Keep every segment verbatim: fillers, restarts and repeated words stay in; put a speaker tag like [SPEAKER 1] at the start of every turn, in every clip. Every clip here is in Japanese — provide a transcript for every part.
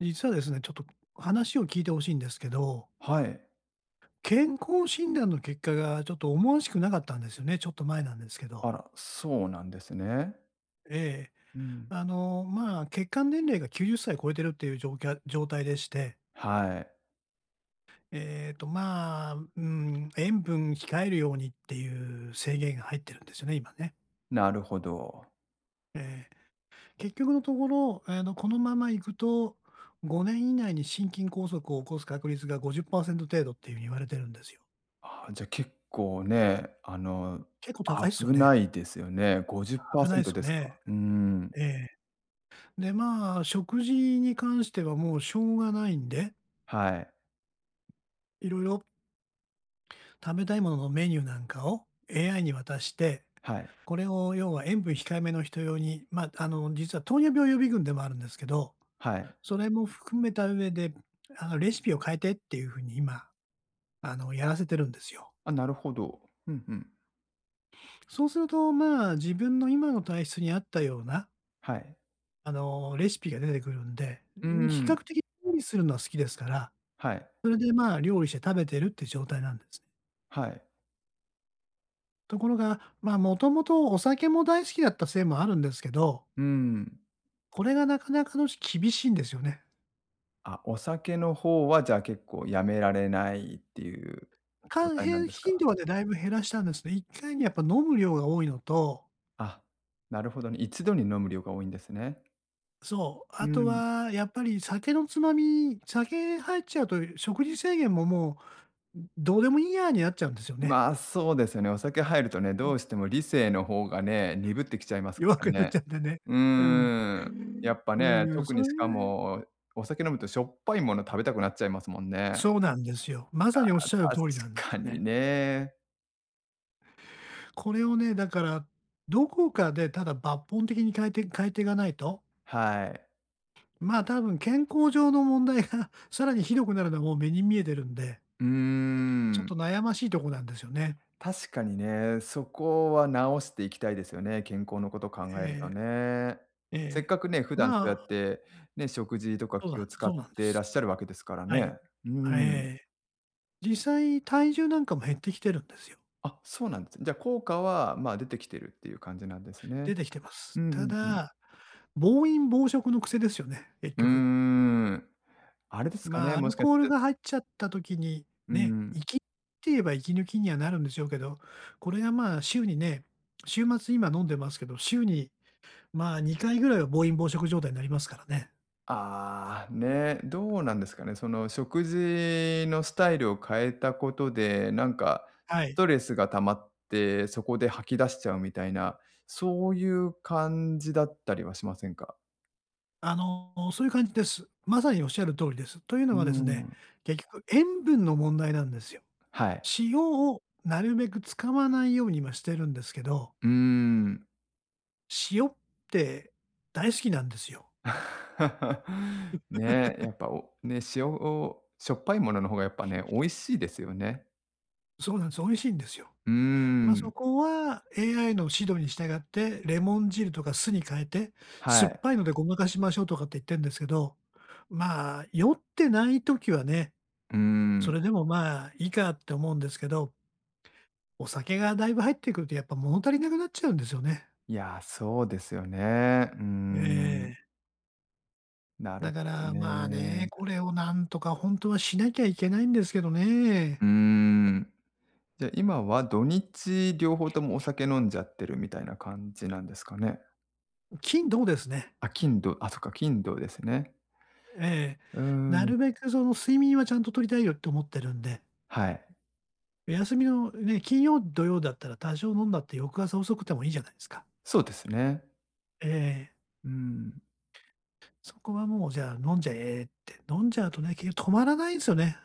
[SPEAKER 1] 実はですね、ちょっと話を聞いて欲しいんですけど、
[SPEAKER 2] はい。
[SPEAKER 1] 健康診断の結果がちょっと思わしくなかったんですよね、ちょっと前なんですけど。
[SPEAKER 2] あら、そうなんですね。
[SPEAKER 1] ええ。
[SPEAKER 2] うん。
[SPEAKER 1] あの、まあ、血管年齢がきゅうじゅっさい超えてるっていう状況状態でして、
[SPEAKER 2] はい。
[SPEAKER 1] えっと、まあ、うん、塩分控えるようにっていう制限が入ってるんですよね、今ね。
[SPEAKER 2] なるほど。
[SPEAKER 1] ええ。結局のところ、あの、このままいくと、ごねん以内に心筋梗塞を起こす確率がごじゅっパーセント程度っていうふうに言われてるんですよ。
[SPEAKER 2] あじゃ、結構ね、あの、
[SPEAKER 1] 結構高いっすよ
[SPEAKER 2] 危
[SPEAKER 1] ね。
[SPEAKER 2] ないですよね。
[SPEAKER 1] 危ないっ
[SPEAKER 2] ごじっパーセント
[SPEAKER 1] す
[SPEAKER 2] で
[SPEAKER 1] よ
[SPEAKER 2] す
[SPEAKER 1] ね。
[SPEAKER 2] か。うーん。
[SPEAKER 1] ええ。で、まあ、食事に関してはもうしょうがないんで、
[SPEAKER 2] はい。
[SPEAKER 1] いろいろ食べたいもののメニューなんかを エーアイ に渡して、
[SPEAKER 2] はい。
[SPEAKER 1] これを要は塩分控えめの人用に、まあ、あの、実は糖尿病予備軍でもあるんですけど、
[SPEAKER 2] はい。
[SPEAKER 1] それも含めた上で、あの、レシピを変えてっていう風に今、あの、やらせてるんですよ。
[SPEAKER 2] あ、なるほど。うんうん。
[SPEAKER 1] そうすると、まあ、自分の今の体質に合ったような、
[SPEAKER 2] はい。
[SPEAKER 1] あの、レシピが出てくるんで、
[SPEAKER 2] う
[SPEAKER 1] 比
[SPEAKER 2] ん。
[SPEAKER 1] 較的料理するのは好きですから、
[SPEAKER 2] はい。
[SPEAKER 1] それで、まあ、料理して食べてるって状態なんです。
[SPEAKER 2] はい。
[SPEAKER 1] ところが、まあ、もともとお酒も大好きだったせいもあるんですけど、
[SPEAKER 2] うーん。
[SPEAKER 1] これがなかなかの厳しいんですよね。
[SPEAKER 2] あ、お酒の方は、じゃあ、結構やめられないっていう状
[SPEAKER 1] か
[SPEAKER 2] 態なん
[SPEAKER 1] へ
[SPEAKER 2] です
[SPEAKER 1] 頻
[SPEAKER 2] か。
[SPEAKER 1] 度はね、だいぶ減らしたんですね。いっかいにやっぱ飲む量が多いのと、
[SPEAKER 2] あ、なるほどね。一度に飲む量が多いんですね。
[SPEAKER 1] そう、あ
[SPEAKER 2] う
[SPEAKER 1] と
[SPEAKER 2] ん。
[SPEAKER 1] はやっぱり酒のつまみ酒入っちゃうと食事制限ももう、どうでもいいやになっちゃうんですよね。
[SPEAKER 2] まあ、そうですよね。お酒入るとね、どうしても理性の方がね、鈍ってきちゃいますか
[SPEAKER 1] 弱
[SPEAKER 2] ら
[SPEAKER 1] くなっち
[SPEAKER 2] ね。
[SPEAKER 1] ゃってね。
[SPEAKER 2] う
[SPEAKER 1] うん。
[SPEAKER 2] ーん。やっぱ
[SPEAKER 1] う
[SPEAKER 2] ね、
[SPEAKER 1] ん、
[SPEAKER 2] 特
[SPEAKER 1] そ
[SPEAKER 2] に
[SPEAKER 1] れ
[SPEAKER 2] し
[SPEAKER 1] が
[SPEAKER 2] か
[SPEAKER 1] ね、
[SPEAKER 2] も、お酒飲むとしょっぱいもの食べたくなっちゃいますもんね。
[SPEAKER 1] そうなんですよ。まさにおっし
[SPEAKER 2] 確
[SPEAKER 1] ゃる通りなんです
[SPEAKER 2] か
[SPEAKER 1] よ
[SPEAKER 2] に
[SPEAKER 1] ね。
[SPEAKER 2] ね。
[SPEAKER 1] これをね、だから、どこかでただ抜本的に変えて変えていかないと、
[SPEAKER 2] はい。
[SPEAKER 1] まあ、多分健康上の問題が さらにひどくなるのはもう目に見えてるんで、
[SPEAKER 2] うー
[SPEAKER 1] ちょっ
[SPEAKER 2] ん。
[SPEAKER 1] と悩ましいとこなんですよね。
[SPEAKER 2] 確かにね、そこは直していきたいですよね、健康のことを考
[SPEAKER 1] え
[SPEAKER 2] えると
[SPEAKER 1] え、
[SPEAKER 2] ね。
[SPEAKER 1] え
[SPEAKER 2] せっ
[SPEAKER 1] え。
[SPEAKER 2] かくね、普段そう
[SPEAKER 1] ま
[SPEAKER 2] や
[SPEAKER 1] あ、
[SPEAKER 2] ってね、食事とか
[SPEAKER 1] そうな
[SPEAKER 2] 気
[SPEAKER 1] ん
[SPEAKER 2] を使
[SPEAKER 1] そ
[SPEAKER 2] っ
[SPEAKER 1] うなんで
[SPEAKER 2] て
[SPEAKER 1] す。
[SPEAKER 2] らっしゃるわけですから
[SPEAKER 1] はい。
[SPEAKER 2] ね。うー
[SPEAKER 1] え
[SPEAKER 2] ん。
[SPEAKER 1] え。実際体重なんかも減ってきてるんですよ。
[SPEAKER 2] あ、そうなんですね。じゃ、あ効果は、まあ、出てきてるっていう感じなんですね。
[SPEAKER 1] 出てきてま
[SPEAKER 2] う
[SPEAKER 1] す。
[SPEAKER 2] んう
[SPEAKER 1] た
[SPEAKER 2] んうん。
[SPEAKER 1] だ、暴飲暴食の癖ですよね、結
[SPEAKER 2] うー
[SPEAKER 1] 局。
[SPEAKER 2] ん。あれですか
[SPEAKER 1] まあ、
[SPEAKER 2] ね、
[SPEAKER 1] ア
[SPEAKER 2] も
[SPEAKER 1] ル
[SPEAKER 2] しかし
[SPEAKER 1] コールが
[SPEAKER 2] て。
[SPEAKER 1] 入っちゃった時に、
[SPEAKER 2] う
[SPEAKER 1] ね、
[SPEAKER 2] ん。
[SPEAKER 1] 息って言えば息抜きにはなるんでしょうけど、これがまあ、週にね、週末今飲んでますけど、週に、まあ、にかいぐらいは暴飲暴食状態になりますからね。
[SPEAKER 2] ああ、ね、どうなんですかね。その食事のスタイルを変えたことで、なんか
[SPEAKER 1] は
[SPEAKER 2] ス
[SPEAKER 1] い。
[SPEAKER 2] トレスが溜まって、そこで吐き出しちゃうみたいな、そういう感じだったりはしませんか？
[SPEAKER 1] あの、そういう感じです。まさにおっしゃる通りです。という
[SPEAKER 2] う
[SPEAKER 1] の
[SPEAKER 2] ー
[SPEAKER 1] はですね、
[SPEAKER 2] ん、
[SPEAKER 1] 結局塩分の問題なんですよ。
[SPEAKER 2] はい。
[SPEAKER 1] 塩をなるべく使わないように今してるんですけど、
[SPEAKER 2] うん。
[SPEAKER 1] 塩って大好きなんですよ。
[SPEAKER 2] ねえ、やっぱ、おね、塩をしょっぱいものの方がやっぱね、美味しいですよね。
[SPEAKER 1] そうなんです。美味しいんですよ。
[SPEAKER 2] うー
[SPEAKER 1] まあ、そ
[SPEAKER 2] ん、
[SPEAKER 1] こは エーアイ の指導に従って、レモン汁とか酢に変えて、
[SPEAKER 2] は
[SPEAKER 1] 酸っ
[SPEAKER 2] い。
[SPEAKER 1] ぱいのでごまかしましょうとかって言ってるんですけど、まあ、酔ってない時はね、
[SPEAKER 2] うー
[SPEAKER 1] そ
[SPEAKER 2] ん。
[SPEAKER 1] れでもまあ、いいかって思うんですけど、お酒がだいぶ入ってくるとやっぱ物足りなくなっちゃうんですよね。
[SPEAKER 2] いや、そうですよね。うー
[SPEAKER 1] え
[SPEAKER 2] ん、
[SPEAKER 1] え。
[SPEAKER 2] なる
[SPEAKER 1] だか
[SPEAKER 2] ほど
[SPEAKER 1] らまあね、
[SPEAKER 2] ね。
[SPEAKER 1] これをなんとか本当はしなきゃいけないんですけどね。
[SPEAKER 2] うーん。じゃ、今は土日両方ともお酒飲んじゃってるみたいな感じなんですかね？
[SPEAKER 1] 金どうですね。
[SPEAKER 2] あ、金土、あ、そっか、金土ですね。
[SPEAKER 1] ええ。
[SPEAKER 2] うー
[SPEAKER 1] な
[SPEAKER 2] ん、
[SPEAKER 1] るべくその睡眠はちゃんと取りたいよって思ってるんで。
[SPEAKER 2] はい。
[SPEAKER 1] 休みのね、金曜、土曜だったら多少飲んだって翌朝遅くてもいいじゃないですか。
[SPEAKER 2] そうですね。
[SPEAKER 1] ええ。
[SPEAKER 2] うん。
[SPEAKER 1] そこはもうじゃあ飲んじゃえって、飲んじゃうとね、結局止まらないんですよね。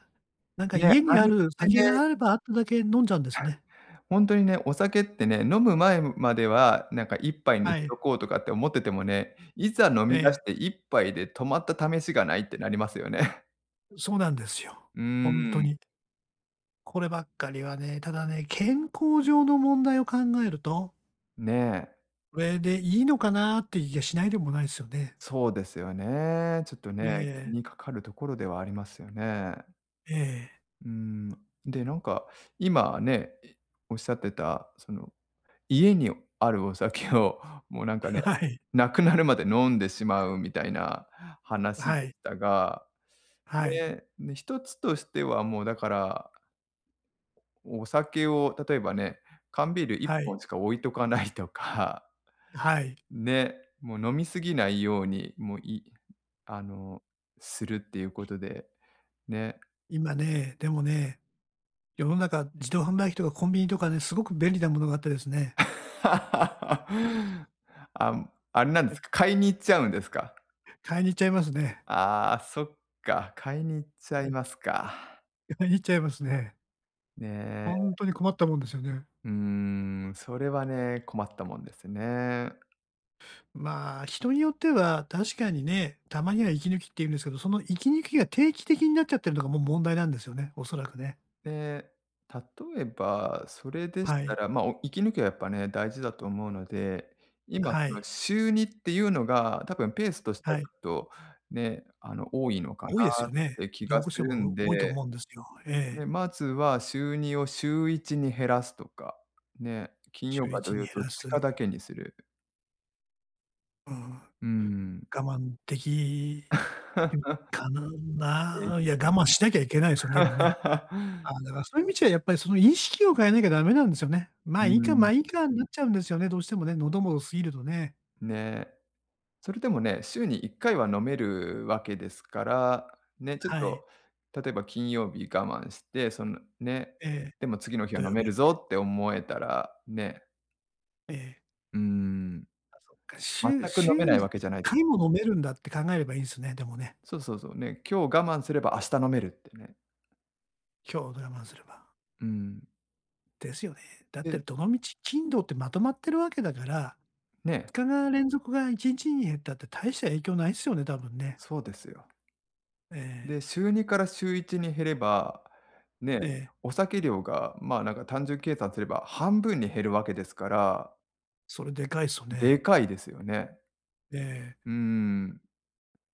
[SPEAKER 1] なんか
[SPEAKER 2] ね、
[SPEAKER 1] 家に
[SPEAKER 2] あ
[SPEAKER 1] あ
[SPEAKER 2] れっ
[SPEAKER 1] る
[SPEAKER 2] てね
[SPEAKER 1] 酒があればあっただけ飲んじゃうんですね。
[SPEAKER 2] ほんとにね、お酒ってね、飲む前までは、なんか一杯に
[SPEAKER 1] は
[SPEAKER 2] し
[SPEAKER 1] い。
[SPEAKER 2] とこうとかって思っててもね、いざ飲
[SPEAKER 1] え
[SPEAKER 2] み出し
[SPEAKER 1] え、
[SPEAKER 2] て一杯で止まった試しがないってなりますよね。
[SPEAKER 1] そうなんですよ。
[SPEAKER 2] うー
[SPEAKER 1] ほんと
[SPEAKER 2] ん、
[SPEAKER 1] に。こればっかりはね、ただね、健康上の問題を考えると、
[SPEAKER 2] ねえ、
[SPEAKER 1] これでいいのかなってい気がしないでもないですよね。
[SPEAKER 2] そうですよね。ちょっと
[SPEAKER 1] え
[SPEAKER 2] ね、気
[SPEAKER 1] え、
[SPEAKER 2] にかかるところではありますよね。
[SPEAKER 1] ええ。
[SPEAKER 2] うーん。で、なんか今ね、おっしゃってた、その家にあるお酒を もうなんかね、
[SPEAKER 1] はい。
[SPEAKER 2] なくなるまで飲んでしまうみたいな話
[SPEAKER 1] は
[SPEAKER 2] でし
[SPEAKER 1] い。
[SPEAKER 2] たが
[SPEAKER 1] はい。
[SPEAKER 2] で、で、一つとしてはもうだから、お酒を例えばね、缶ビール1
[SPEAKER 1] はい。
[SPEAKER 2] 本しか置いとかないとか、
[SPEAKER 1] はい。
[SPEAKER 2] ね、もう飲み過ぎないように、もういあの、するっていうことで、ね。
[SPEAKER 1] 今ね、でもね、世の中自動販売機とかコンビニとかね、すごく便利なものがあってですね、
[SPEAKER 2] あ、あれなんですか、買いに行っちゃうんですか？
[SPEAKER 1] 買いに行っちゃいますね。
[SPEAKER 2] ああ、そっか、買いに行っちゃ
[SPEAKER 1] う
[SPEAKER 2] い
[SPEAKER 1] ん、
[SPEAKER 2] ますか。
[SPEAKER 1] 買いに行っちゃいますね。
[SPEAKER 2] ね
[SPEAKER 1] ほ
[SPEAKER 2] え、
[SPEAKER 1] んとに困ったもんですよね。
[SPEAKER 2] うーん、それはね、困ったもんですね。
[SPEAKER 1] まあ、人によっては確かにね、たまには息抜きって言うんですけど、その息抜きが定期的になっちゃってるのがもう問題なんですよね、おそらくね。
[SPEAKER 2] で、例えば、それでし
[SPEAKER 1] は
[SPEAKER 2] た
[SPEAKER 1] い。
[SPEAKER 2] ら、まあ、お息抜きはやっぱね、大事だと思うので、今
[SPEAKER 1] は
[SPEAKER 2] その
[SPEAKER 1] い。
[SPEAKER 2] 週にっていうのが、多分ペースとしては
[SPEAKER 1] は
[SPEAKER 2] ち
[SPEAKER 1] い。
[SPEAKER 2] ょっとね、あの、多いのか
[SPEAKER 1] 多いです
[SPEAKER 2] なっ
[SPEAKER 1] よね。
[SPEAKER 2] て気
[SPEAKER 1] ど
[SPEAKER 2] が
[SPEAKER 1] う
[SPEAKER 2] す
[SPEAKER 1] して
[SPEAKER 2] るん
[SPEAKER 1] も
[SPEAKER 2] で、
[SPEAKER 1] 多いと思うんですよ。え
[SPEAKER 2] で
[SPEAKER 1] え。
[SPEAKER 2] まずは週にを週いちに減らすとか、ね、金曜
[SPEAKER 1] 週
[SPEAKER 2] か
[SPEAKER 1] 一
[SPEAKER 2] 土
[SPEAKER 1] に
[SPEAKER 2] 曜
[SPEAKER 1] 減
[SPEAKER 2] どっ
[SPEAKER 1] ら
[SPEAKER 2] ち
[SPEAKER 1] す。
[SPEAKER 2] かだけにする。
[SPEAKER 1] うん。
[SPEAKER 2] うーん。
[SPEAKER 1] 我慢できうん、かな
[SPEAKER 2] えい
[SPEAKER 1] な、いや、我慢しなきゃいけないですよね、でもね。ああ、だからそういう意味じゃやっぱりその意識を変えなきゃダメなんですよね。ま
[SPEAKER 2] う
[SPEAKER 1] あ、いいか、ま
[SPEAKER 2] ん、
[SPEAKER 1] あ、いいかになっちゃうんですよね、どうしてもね、喉も過ぎるとね。
[SPEAKER 2] ね。それでもね、週にいっかいは飲めるわけですから、ね、ちょっ
[SPEAKER 1] はい。
[SPEAKER 2] と例えば金曜日我慢して、そのね、
[SPEAKER 1] ええ、
[SPEAKER 2] でも次の日は
[SPEAKER 1] 土曜
[SPEAKER 2] 飲め
[SPEAKER 1] 日
[SPEAKER 2] るぞ
[SPEAKER 1] は。
[SPEAKER 2] って思えたら、ね。
[SPEAKER 1] ええ。
[SPEAKER 2] うーん。
[SPEAKER 1] か、し
[SPEAKER 2] 全
[SPEAKER 1] ゅ
[SPEAKER 2] く飲め
[SPEAKER 1] 週
[SPEAKER 2] ない
[SPEAKER 1] に
[SPEAKER 2] わけ
[SPEAKER 1] 一
[SPEAKER 2] じゃないです。
[SPEAKER 1] 回も飲めるんだって考えればいいんすね、でもね。
[SPEAKER 2] そうそうそう、ね、今日我慢すれば明日飲めるってね。
[SPEAKER 1] 強度我慢すれば。
[SPEAKER 2] うん。
[SPEAKER 1] ですよね。だって
[SPEAKER 2] で、
[SPEAKER 1] どのみち頻ってまとまってるわけだから、2
[SPEAKER 2] ね、
[SPEAKER 1] 日が連続がいちにちに減ったって大した影響ないっすよね、多分ね。
[SPEAKER 2] そうですよ。
[SPEAKER 1] ええ、
[SPEAKER 2] で、週にから週いちに減れば、ね、
[SPEAKER 1] ええ、
[SPEAKER 2] お酒量が、まあ、なんか単純計算すれば半分に減るわけですから、
[SPEAKER 1] それでかいっすよ
[SPEAKER 2] で
[SPEAKER 1] ね。
[SPEAKER 2] かいですよね。
[SPEAKER 1] ええ。
[SPEAKER 2] うーん。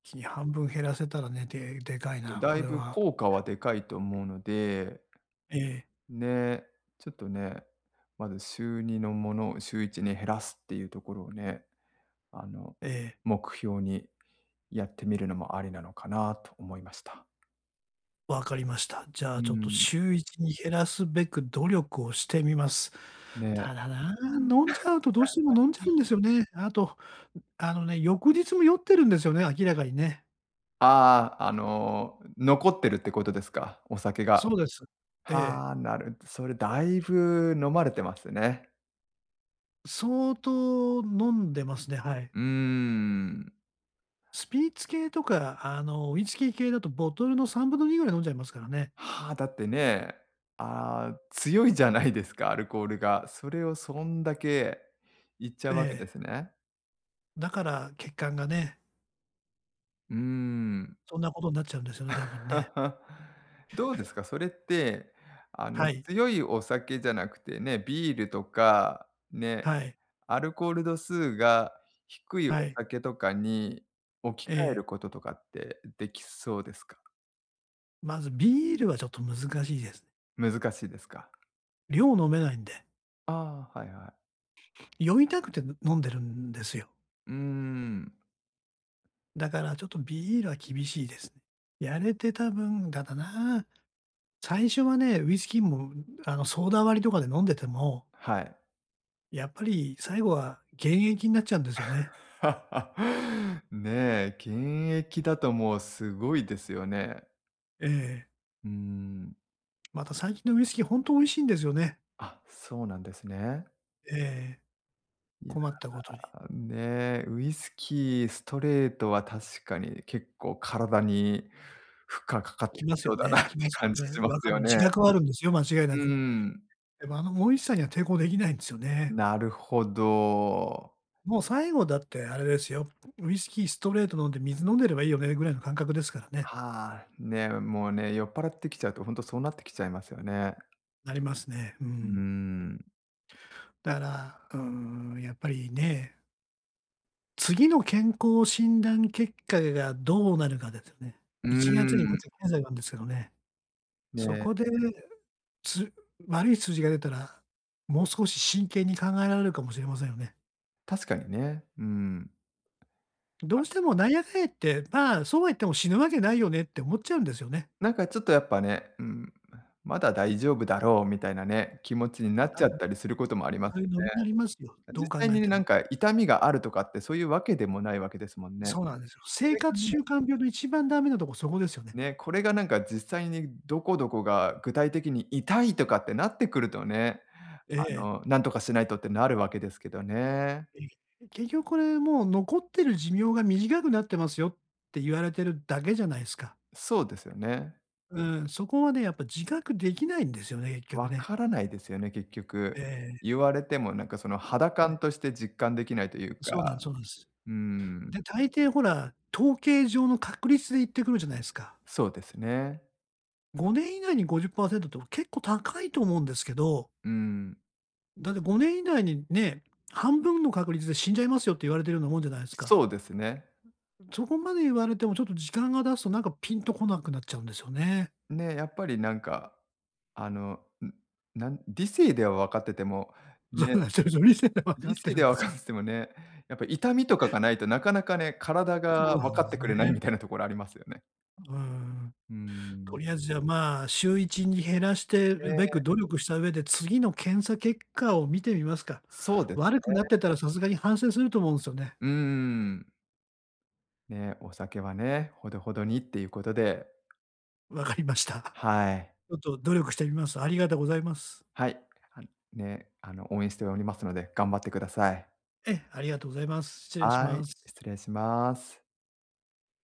[SPEAKER 1] 日に半分減らせたらね、ででかいな、
[SPEAKER 2] だ
[SPEAKER 1] こ
[SPEAKER 2] い
[SPEAKER 1] れ
[SPEAKER 2] ぶ
[SPEAKER 1] は。
[SPEAKER 2] 効果はでかいと思うので、
[SPEAKER 1] ええ、
[SPEAKER 2] ね、ちょっとね、まず週にのものを週いちに減らすっていうところをね、あの、
[SPEAKER 1] ええ、
[SPEAKER 2] 目標にやってみるのもありなのかなと思いました。
[SPEAKER 1] わかりました。じゃ
[SPEAKER 2] う
[SPEAKER 1] あ
[SPEAKER 2] ー
[SPEAKER 1] ちょっと
[SPEAKER 2] ん、
[SPEAKER 1] 週一に減らすべく努力をしてみます。
[SPEAKER 2] ね。
[SPEAKER 1] ただな、飲んじゃうとどうしても飲んじゃうんですよね。あと、あのね、翌日も酔ってるんですよね、明らかにね。
[SPEAKER 2] ああ、あの、残ってるってことですか？お酒が。
[SPEAKER 1] そうです。ええ、
[SPEAKER 2] はあ、なるそれだいぶ飲まれてますね。
[SPEAKER 1] 相当飲んでますね、はい。
[SPEAKER 2] うーん。
[SPEAKER 1] スピーッツ系とか、あの、ウイスキー系だとボトルのさんぶんのにぐらい飲んじゃいますからね。
[SPEAKER 2] はあ、だってね、あー、強いじゃないですか、アルコールが。それをそんだけいっちゃ
[SPEAKER 1] え
[SPEAKER 2] うわけ
[SPEAKER 1] え、
[SPEAKER 2] ですね。
[SPEAKER 1] だから血管がね、
[SPEAKER 2] うーん。
[SPEAKER 1] そんなことになっちゃうんですよね、多分ね。
[SPEAKER 2] どうですか、それって、あ
[SPEAKER 1] は
[SPEAKER 2] の、
[SPEAKER 1] い、
[SPEAKER 2] 強いお酒じゃなくてね、ビールとか、ね、
[SPEAKER 1] はい、
[SPEAKER 2] アルコール度数が低いお
[SPEAKER 1] はい。
[SPEAKER 2] 酒とかに置き
[SPEAKER 1] え
[SPEAKER 2] 換える
[SPEAKER 1] え。
[SPEAKER 2] こととかってできそうですか？
[SPEAKER 1] まずビールはちょっと難しいですね。
[SPEAKER 2] 難しいですか？
[SPEAKER 1] 量飲めないんで、
[SPEAKER 2] ああー、はいはい。
[SPEAKER 1] 酔いたくて飲んでるんですよ。
[SPEAKER 2] うーん、
[SPEAKER 1] だからちょっとビールは厳しいですね。やれてた分だだな、最初はね、ウイスキーも、あの、ソーダ割りとかで飲んでても、
[SPEAKER 2] はい。
[SPEAKER 1] やっぱり最後は原液になっちゃうんですよね。
[SPEAKER 2] ねえ、現役だともうすごいですよね。
[SPEAKER 1] ええ。
[SPEAKER 2] うん。
[SPEAKER 1] また最近のウイスキーほんと美味しいんですよね。
[SPEAKER 2] あ、そうなんですね。
[SPEAKER 1] ええ、
[SPEAKER 2] いや、
[SPEAKER 1] 困ったことに。
[SPEAKER 2] ねえ、ウイスキー、ストレートは確かに結構体に負荷かかっ
[SPEAKER 1] 来
[SPEAKER 2] てき
[SPEAKER 1] ます
[SPEAKER 2] そ
[SPEAKER 1] よ
[SPEAKER 2] うだなっ
[SPEAKER 1] ね
[SPEAKER 2] て
[SPEAKER 1] 来ますよ
[SPEAKER 2] 感じ
[SPEAKER 1] ね。
[SPEAKER 2] しま
[SPEAKER 1] わ
[SPEAKER 2] す
[SPEAKER 1] かる、
[SPEAKER 2] よね。
[SPEAKER 1] 自覚はあるんですよ、間違いな
[SPEAKER 2] う
[SPEAKER 1] く。
[SPEAKER 2] ん。
[SPEAKER 1] でも、あの美味しさには抵抗できないんですよね。
[SPEAKER 2] なるほど。
[SPEAKER 1] もう最後だってあれですよ、ウイスキーストレート飲んで水飲んでればいいよねぐらいの感覚ですからね。
[SPEAKER 2] はあ、ねえ、もうね、酔っ払ってきちゃうと本当そうなってきちゃいますよね。
[SPEAKER 1] なりますね。う
[SPEAKER 2] う
[SPEAKER 1] ん。
[SPEAKER 2] ん。
[SPEAKER 1] だから、うーん、やっぱりね、次の健康診断結果がどうなるかですよね。
[SPEAKER 2] う
[SPEAKER 1] いちがつにま
[SPEAKER 2] ん。
[SPEAKER 1] た検査があるんですけどね、
[SPEAKER 2] ね
[SPEAKER 1] そ
[SPEAKER 2] え、
[SPEAKER 1] こで、つ悪い数字が出たら、もう少し真剣に考えられるかもしれませんよね。
[SPEAKER 2] 確かにね。うん。
[SPEAKER 1] どうしてもなんやかんや言って、まあ、そうは言っても死ぬわけないよねって思っちゃうんですよね。
[SPEAKER 2] なんかちょっとやっぱね、うん、まだ大丈夫だろうみたいなね、気持ちになっ
[SPEAKER 1] あ、
[SPEAKER 2] ちゃったりすることもあります
[SPEAKER 1] そういう
[SPEAKER 2] よ
[SPEAKER 1] ノリになりますよ、
[SPEAKER 2] ね。
[SPEAKER 1] ど
[SPEAKER 2] 実
[SPEAKER 1] う考
[SPEAKER 2] 際
[SPEAKER 1] え
[SPEAKER 2] にね、
[SPEAKER 1] て
[SPEAKER 2] なん
[SPEAKER 1] も。
[SPEAKER 2] か痛みがあるとかってそういうわけでもないわけですもんね。
[SPEAKER 1] そうなんですよ。
[SPEAKER 2] こ
[SPEAKER 1] 生
[SPEAKER 2] れが
[SPEAKER 1] 活
[SPEAKER 2] ね、
[SPEAKER 1] 習慣病の一番ダメなとこそこですよね。
[SPEAKER 2] ね、これがなんか実際にどこどこが具体的に痛いとかってなってくるとね、
[SPEAKER 1] え
[SPEAKER 2] あ
[SPEAKER 1] え、
[SPEAKER 2] の、なんとかしないとってなるわけですけどね。
[SPEAKER 1] ええ。結局これもう残ってる寿命が短くなってますよって言われてるだけじゃないすか。
[SPEAKER 2] そうですよね。
[SPEAKER 1] うん、そこはね、やっぱ自覚できないんですよね、結局
[SPEAKER 2] わ
[SPEAKER 1] ね。
[SPEAKER 2] からないですよね、結
[SPEAKER 1] え
[SPEAKER 2] 局。
[SPEAKER 1] え、
[SPEAKER 2] 言われてもなんかその肌感として実感できないという
[SPEAKER 1] そうなん
[SPEAKER 2] か、
[SPEAKER 1] そうなんです。
[SPEAKER 2] うん、
[SPEAKER 1] で、大抵ほら、統計上の確率で言ってくるじゃないすか。
[SPEAKER 2] そうですね。
[SPEAKER 1] ごねん以内にごじゅっパーセントっパーセントって結構高いと思うんですけど、
[SPEAKER 2] うん、
[SPEAKER 1] だってごねん以内にね、半分の確率で死んじゃいますよって言われてるようなもんじゃないですか。
[SPEAKER 2] そうですね。
[SPEAKER 1] そこまで言われてもちょっと時間が経つとなんかピンとこなくなっちゃうんですよね。
[SPEAKER 2] ね、やっぱりなんか、あの、ん、なん理性では分かってても、
[SPEAKER 1] そう
[SPEAKER 2] ね、
[SPEAKER 1] なんですよ。理性で分かっ
[SPEAKER 2] 理
[SPEAKER 1] て
[SPEAKER 2] 性
[SPEAKER 1] るん
[SPEAKER 2] で
[SPEAKER 1] で
[SPEAKER 2] は分
[SPEAKER 1] す
[SPEAKER 2] か
[SPEAKER 1] よ。
[SPEAKER 2] っててもね、やっぱ痛みとかがないとなかなかね、体
[SPEAKER 1] そう
[SPEAKER 2] が
[SPEAKER 1] な
[SPEAKER 2] 分
[SPEAKER 1] ん
[SPEAKER 2] か
[SPEAKER 1] で
[SPEAKER 2] って
[SPEAKER 1] す
[SPEAKER 2] くれないみ
[SPEAKER 1] ね。
[SPEAKER 2] たいなところありますよね。
[SPEAKER 1] うん。
[SPEAKER 2] う
[SPEAKER 1] と
[SPEAKER 2] ん。
[SPEAKER 1] りあえずじゃあ、まあ、週いちに減らしてるべ
[SPEAKER 2] ね、
[SPEAKER 1] く努力した上で、次の検査結果を見てみますか。
[SPEAKER 2] そうです。
[SPEAKER 1] 悪くなってたらさすがに反省すると思うんですよね。
[SPEAKER 2] うん。ね、お酒はね、ほどほどにっていうことで、
[SPEAKER 1] わかりました。
[SPEAKER 2] はい。
[SPEAKER 1] ちょっと努力してみます。ありがとうございます。
[SPEAKER 2] はい。あね、あの、応援しておりますので、頑張ってください。
[SPEAKER 1] ええ、ありがとうございます。失礼し
[SPEAKER 2] は
[SPEAKER 1] ま
[SPEAKER 2] い、
[SPEAKER 1] す。
[SPEAKER 2] 失礼します。